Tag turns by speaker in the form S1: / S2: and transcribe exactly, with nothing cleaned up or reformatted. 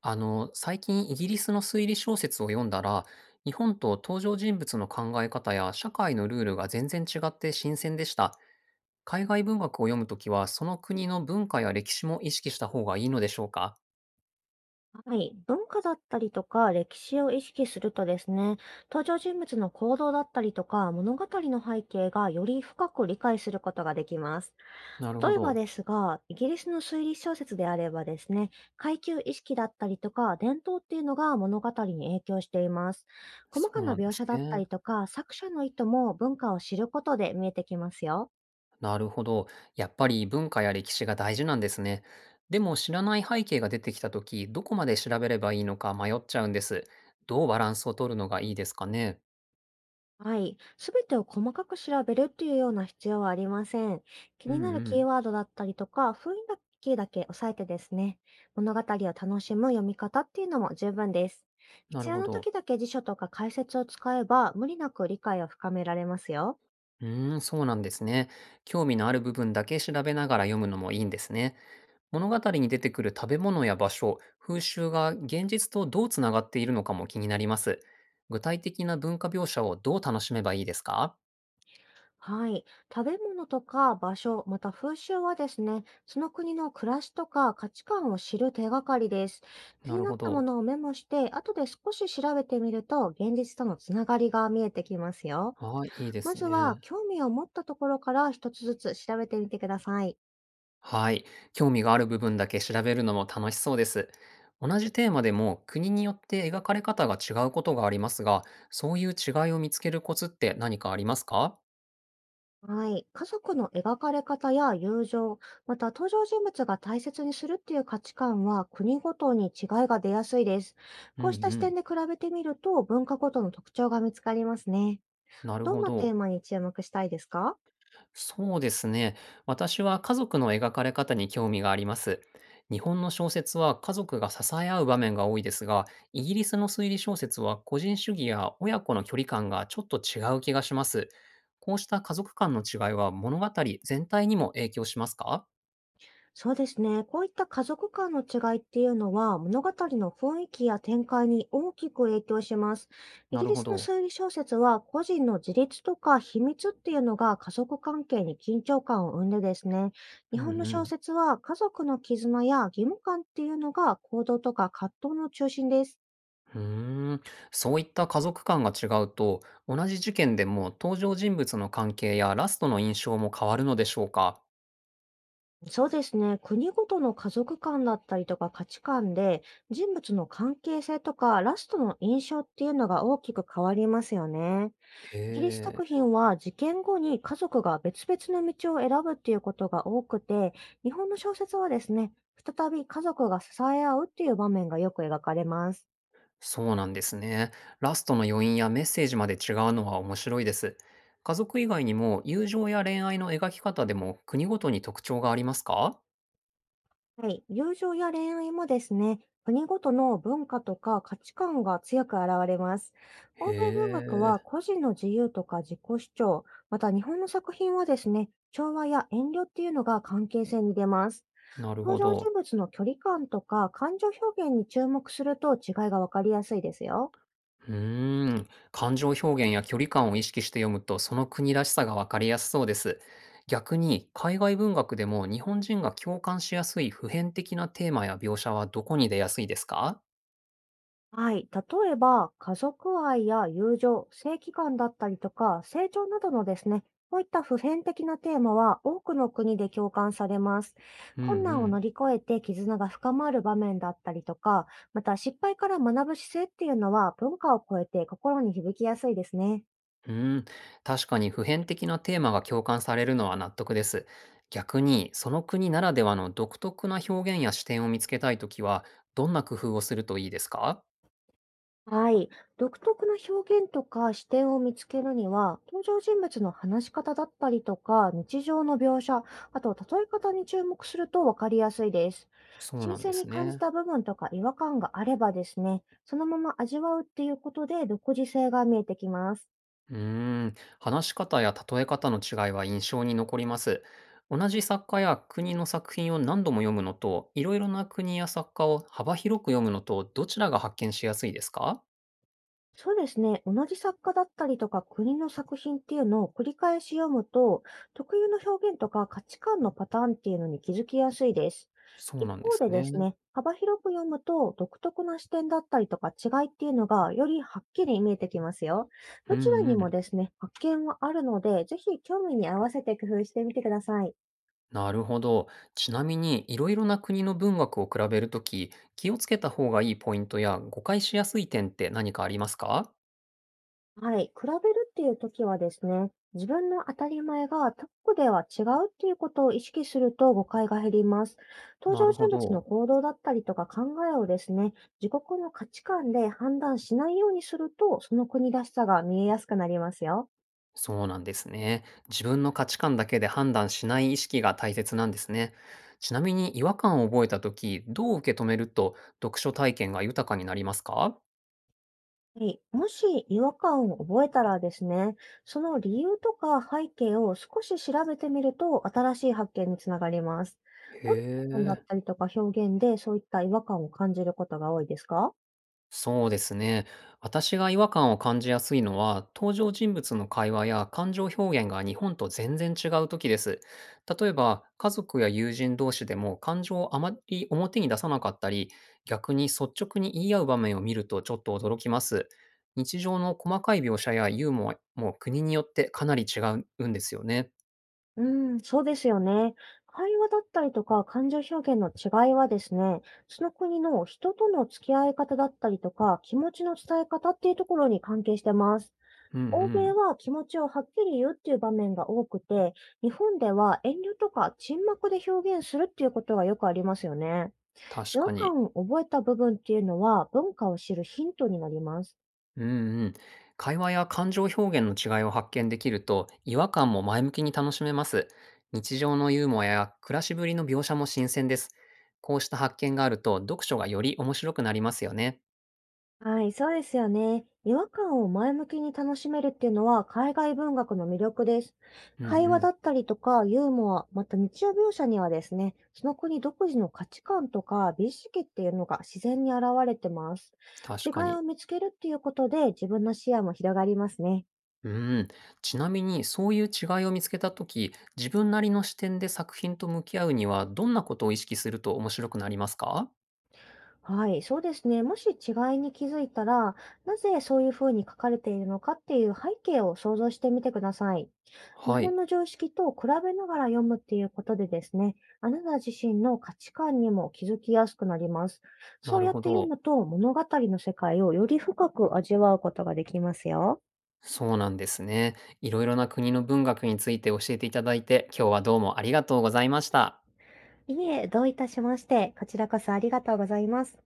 S1: あの、最近イギリスの推理小説を読んだら、日本と登場人物の考え方や社会のルールが全然違って新鮮でした。海外文学を読むときは、その国の文化や歴史も意識した方がいいのでしょうか？
S2: はい。文化だったりとか歴史を意識するとですね、登場人物の行動だったりとか物語の背景がより深く理解することができます。
S1: なるほ
S2: 例えばで
S1: ど。
S2: すが、イギリスの推理小説であればですね、階級意識だったりとか伝統っていうのが物語に影響しています。細
S1: そ
S2: か
S1: う
S2: な
S1: なんで
S2: 描
S1: す
S2: 写だった
S1: ね。
S2: りとか作者の意図も文化を知ることで見えてきますよ。
S1: なるほど。やっぱり文化や歴史が大事なんですね。でも知らない背景が出てきたとき、どこまで調べればいいのか迷っちゃうんです。どうバランスを取るのがいいですかね？
S2: はい。すべてを細かく調べるっていうような必要はありません。気
S1: う
S2: にな
S1: ん
S2: る
S1: う
S2: キー
S1: ん。
S2: ワードだったりとか、雰囲気だけ押さえてですね、物語を楽しむ読み方っていうのも十分です。
S1: な
S2: 必
S1: る
S2: 要
S1: ほ
S2: な
S1: ど。
S2: 時だけ辞書とか解説を使えば、無理なく理解を深められますよ。
S1: うーん、そうなんですね。興味のある部分だけ調べながら読むのもいいんですね。物語に出てくる食べ物や場所、風習が現実とどうつながっているのかも気になります。具体的な文化描写をどう楽しめばいいですか？
S2: はい。食べ物とか場所、また風習はですね、その国の暮らしとか価値観を知る手がかりです。気
S1: な
S2: に
S1: る
S2: なっ
S1: ほ
S2: たも
S1: ど。
S2: のをメモして、後で少し調べてみると、現実とのつながりが見えてきますよ。
S1: はい、いいで
S2: ま
S1: す
S2: ずは、
S1: ね。
S2: 興味を持ったところから一つずつ調べてみてください。
S1: はい。興味がある部分だけ調べるのも楽しそうです。同じテーマでも国によって描かれ方が違うことがありますが、そういう違いを見つけるコツって何かありますか？
S2: はい。家族の描かれ方や友情、また登場人物が大切にするっていう価値観は国ごとに違いが出やすいです。
S1: う
S2: こうし
S1: ん
S2: た
S1: う
S2: 視点
S1: ん。
S2: で比べてみると文化ごとの特徴が見つかりますね。
S1: なる
S2: どん
S1: ほ
S2: なテ
S1: ど。
S2: ーマに注目したいですか？
S1: そうですね。私は家族の描かれ方に興味があります。日本の小説は家族が支え合う場面が多いですが、イギリスの推理小説は個人主義や親子の距離感がちょっと違う気がします。こうした家族間の違いは物語全体にも影響しますか？
S2: そうですね。こういった家族間の違いっていうのは、物語の雰囲気や展開に大きく影響します。イ
S1: な
S2: ギ
S1: る
S2: リ
S1: ほ
S2: スの
S1: ど。
S2: 推理小説は、個人の自立とか秘密っていうのが家族関係に緊張感を生んでですね、日
S1: うん
S2: 本の
S1: う
S2: 小
S1: ん。
S2: 説は家族の絆や義務感っていうのが行動とか葛藤の中心です。
S1: うーん。そういった家族間が違うと、同じ事件でも登場人物の関係やラストの印象も変わるのでしょうか？
S2: そうですね。国ごとの家族間だったりとか価値観で、人物の関係性とかラストの印象っていうのが大きく変わりますよね。
S1: へ
S2: イギリス
S1: え。
S2: 作品は事件後に家族が別々の道を選ぶっていうことが多くて、日本の小説はですね、再び家族が支え合うっていう場面がよく描かれます。
S1: そうなんですね。ラストの余韻やメッセージまで違うのは面白いです。家族以外にも友情や恋愛の描き方でも国ごとに特徴がありますか？
S2: はい。友情や恋愛もですね、国ごとの文化とか価値観が強く現れます。
S1: へ
S2: 欧米文学は
S1: え、
S2: 個人の自由とか自己主張、また日本の作品はですね、調和や遠慮っていうのが関係性に出ます。
S1: なる
S2: 登
S1: ほ
S2: 場
S1: ど。
S2: 人物の距離感とか感情表現に注目すると違いがわかりやすいですよ。
S1: うーん、感情表現や距離感を意識して読むとその国らしさがわかりやすそうです。逆に海外文学でも日本人が共感しやすい普遍的なテーマや描写はどこに出やすいですか？
S2: はい。例えば、家族愛や友情、正義感だったりとか、成長などのですね、こういった普遍的なテーマは多くの国で共感されます。
S1: う
S2: 困
S1: んう
S2: 難を
S1: ん。
S2: 乗り越えて絆が深まる場面だったりとか、また失敗から学ぶ姿勢っていうのは文化を超えて心に響きやすいですね。
S1: うーん、確かに普遍的なテーマが共感されるのは納得です。逆に、その国ならではの独特な表現や視点を見つけたいときは、どんな工夫をするといいですか？
S2: はい。独特な表現とか視点を見つけるには、登場人物の話し方だったりとか、日常の描写、あと例え方に注目するとわかりやすいです。
S1: そう
S2: 新
S1: なんで
S2: 鮮
S1: す
S2: に感じ
S1: ね。
S2: た部分とか違和感があればですね、そのまま味わうっていうことで独自性が見えてきます。
S1: うーん、話し方や例え方の違いは印象に残ります。同じ作家や国の作品を何度も読むのと、いろいろな国や作家を幅広く読むのと、どちらが発見しやすいですか？
S2: そうですね。同じ作家だったりとか国の作品っていうのを繰り返し読むと、特有の表現とか価値観のパターンっていうのに気づきやすいです。
S1: そう
S2: 一
S1: なんで
S2: 方
S1: す
S2: で
S1: ね。
S2: ですね、幅広く読むと独特な視点だったりとか違いっていうのがよりはっきり見えてきますよ。
S1: う
S2: どちら
S1: ん
S2: に
S1: う
S2: も
S1: ん。
S2: ですね、発見はあるので、ぜひ興味に合わせて工夫してみてください。
S1: なるほど。ちなみに、いろいろな国の文学を比べるとき、気をつけた方がいいポイントや誤解しやすい点って何かありますか？
S2: はい。比べるっていう時はですね、自分の当たり前が他国では違うっていうことを意識すると誤解が減ります。登
S1: な
S2: 場
S1: る
S2: 人
S1: ほ
S2: 物
S1: ど。
S2: の行動だったりとか考えをですね、自国の価値観で判断しないようにすると、その国らしさが見えやすくなりますよ。
S1: そうなんですね。自分の価値観だけで判断しない意識が大切なんですね。ちなみに、違和感を覚えたとき、どう受け止めると読書体験が豊かになりますか？
S2: はい。もし違和感を覚えたらですね、その理由とか背景を少し調べてみると新しい発見につながります。
S1: へ
S2: どんな部分だっ
S1: え。
S2: たりとか表現でそういった違和感を感じることが多いですか？
S1: そうですね。私が違和感を感じやすいのは、登場人物の会話や感情表現が日本と全然違う時です。例えば、家族や友人同士でも感情をあまり表に出さなかったり、逆に率直に言い合う場面を見るとちょっと驚きます。日常の細かい描写やユーモアも国によってかなり違うんですよね。
S2: うん、そうですよね。会話だったりとか感情表現の違いはですね、その国の人との付き合い方だったりとか、気持ちの伝え方っていうところに関係してます。
S1: うんう
S2: 欧米
S1: ん。
S2: は気持ちをはっきり言うっていう場面が多くて、日本では遠慮とか沈黙で表現するっていうことがよくありますよね。違
S1: 確か
S2: 和
S1: に。
S2: 感を覚えた部分っていうのは文化を知るヒントになります。
S1: うんうん。会話や感情表現の違いを発見できると、違和感も前向きに楽しめます。日常のユーモアや暮らしぶりの描写も新鮮です。こうした発見があると、読書がより面白くなりますよね。
S2: はい、そうですよね。違和感を前向きに楽しめるっていうのは海外文学の魅力です。
S1: うんう
S2: 会話だ
S1: ん。
S2: ったりとかユーモア、また日常描写にはですね、その国独自の価値観とか美意識っていうのが自然に現れてます。違
S1: 確
S2: い
S1: か
S2: を
S1: に。
S2: 見つけるっていうことで自分の視野も広がりますね。
S1: うん。ちなみに、そういう違いを見つけたとき、自分なりの視点で作品と向き合うには、どんなことを意識すると面白くなりますか？
S2: はい、そうですね。もし違いに気づいたら、なぜそういうふうに書かれているのかっていう背景を想像してみてください。日
S1: は
S2: 本
S1: い。
S2: の常識と比べながら読むっていうことでですね、あなた自身の価値観にも気づきやすくなります。
S1: な
S2: そう
S1: る
S2: やっ
S1: ほ
S2: て読
S1: ど。
S2: むと物語の世界をより深く味わうことができますよ。
S1: そうなんですね。いろいろな国の文学について教えていただいて、今日はどうもありがとうございました。
S2: いえ、どういたしまして、こちらこそありがとうございます。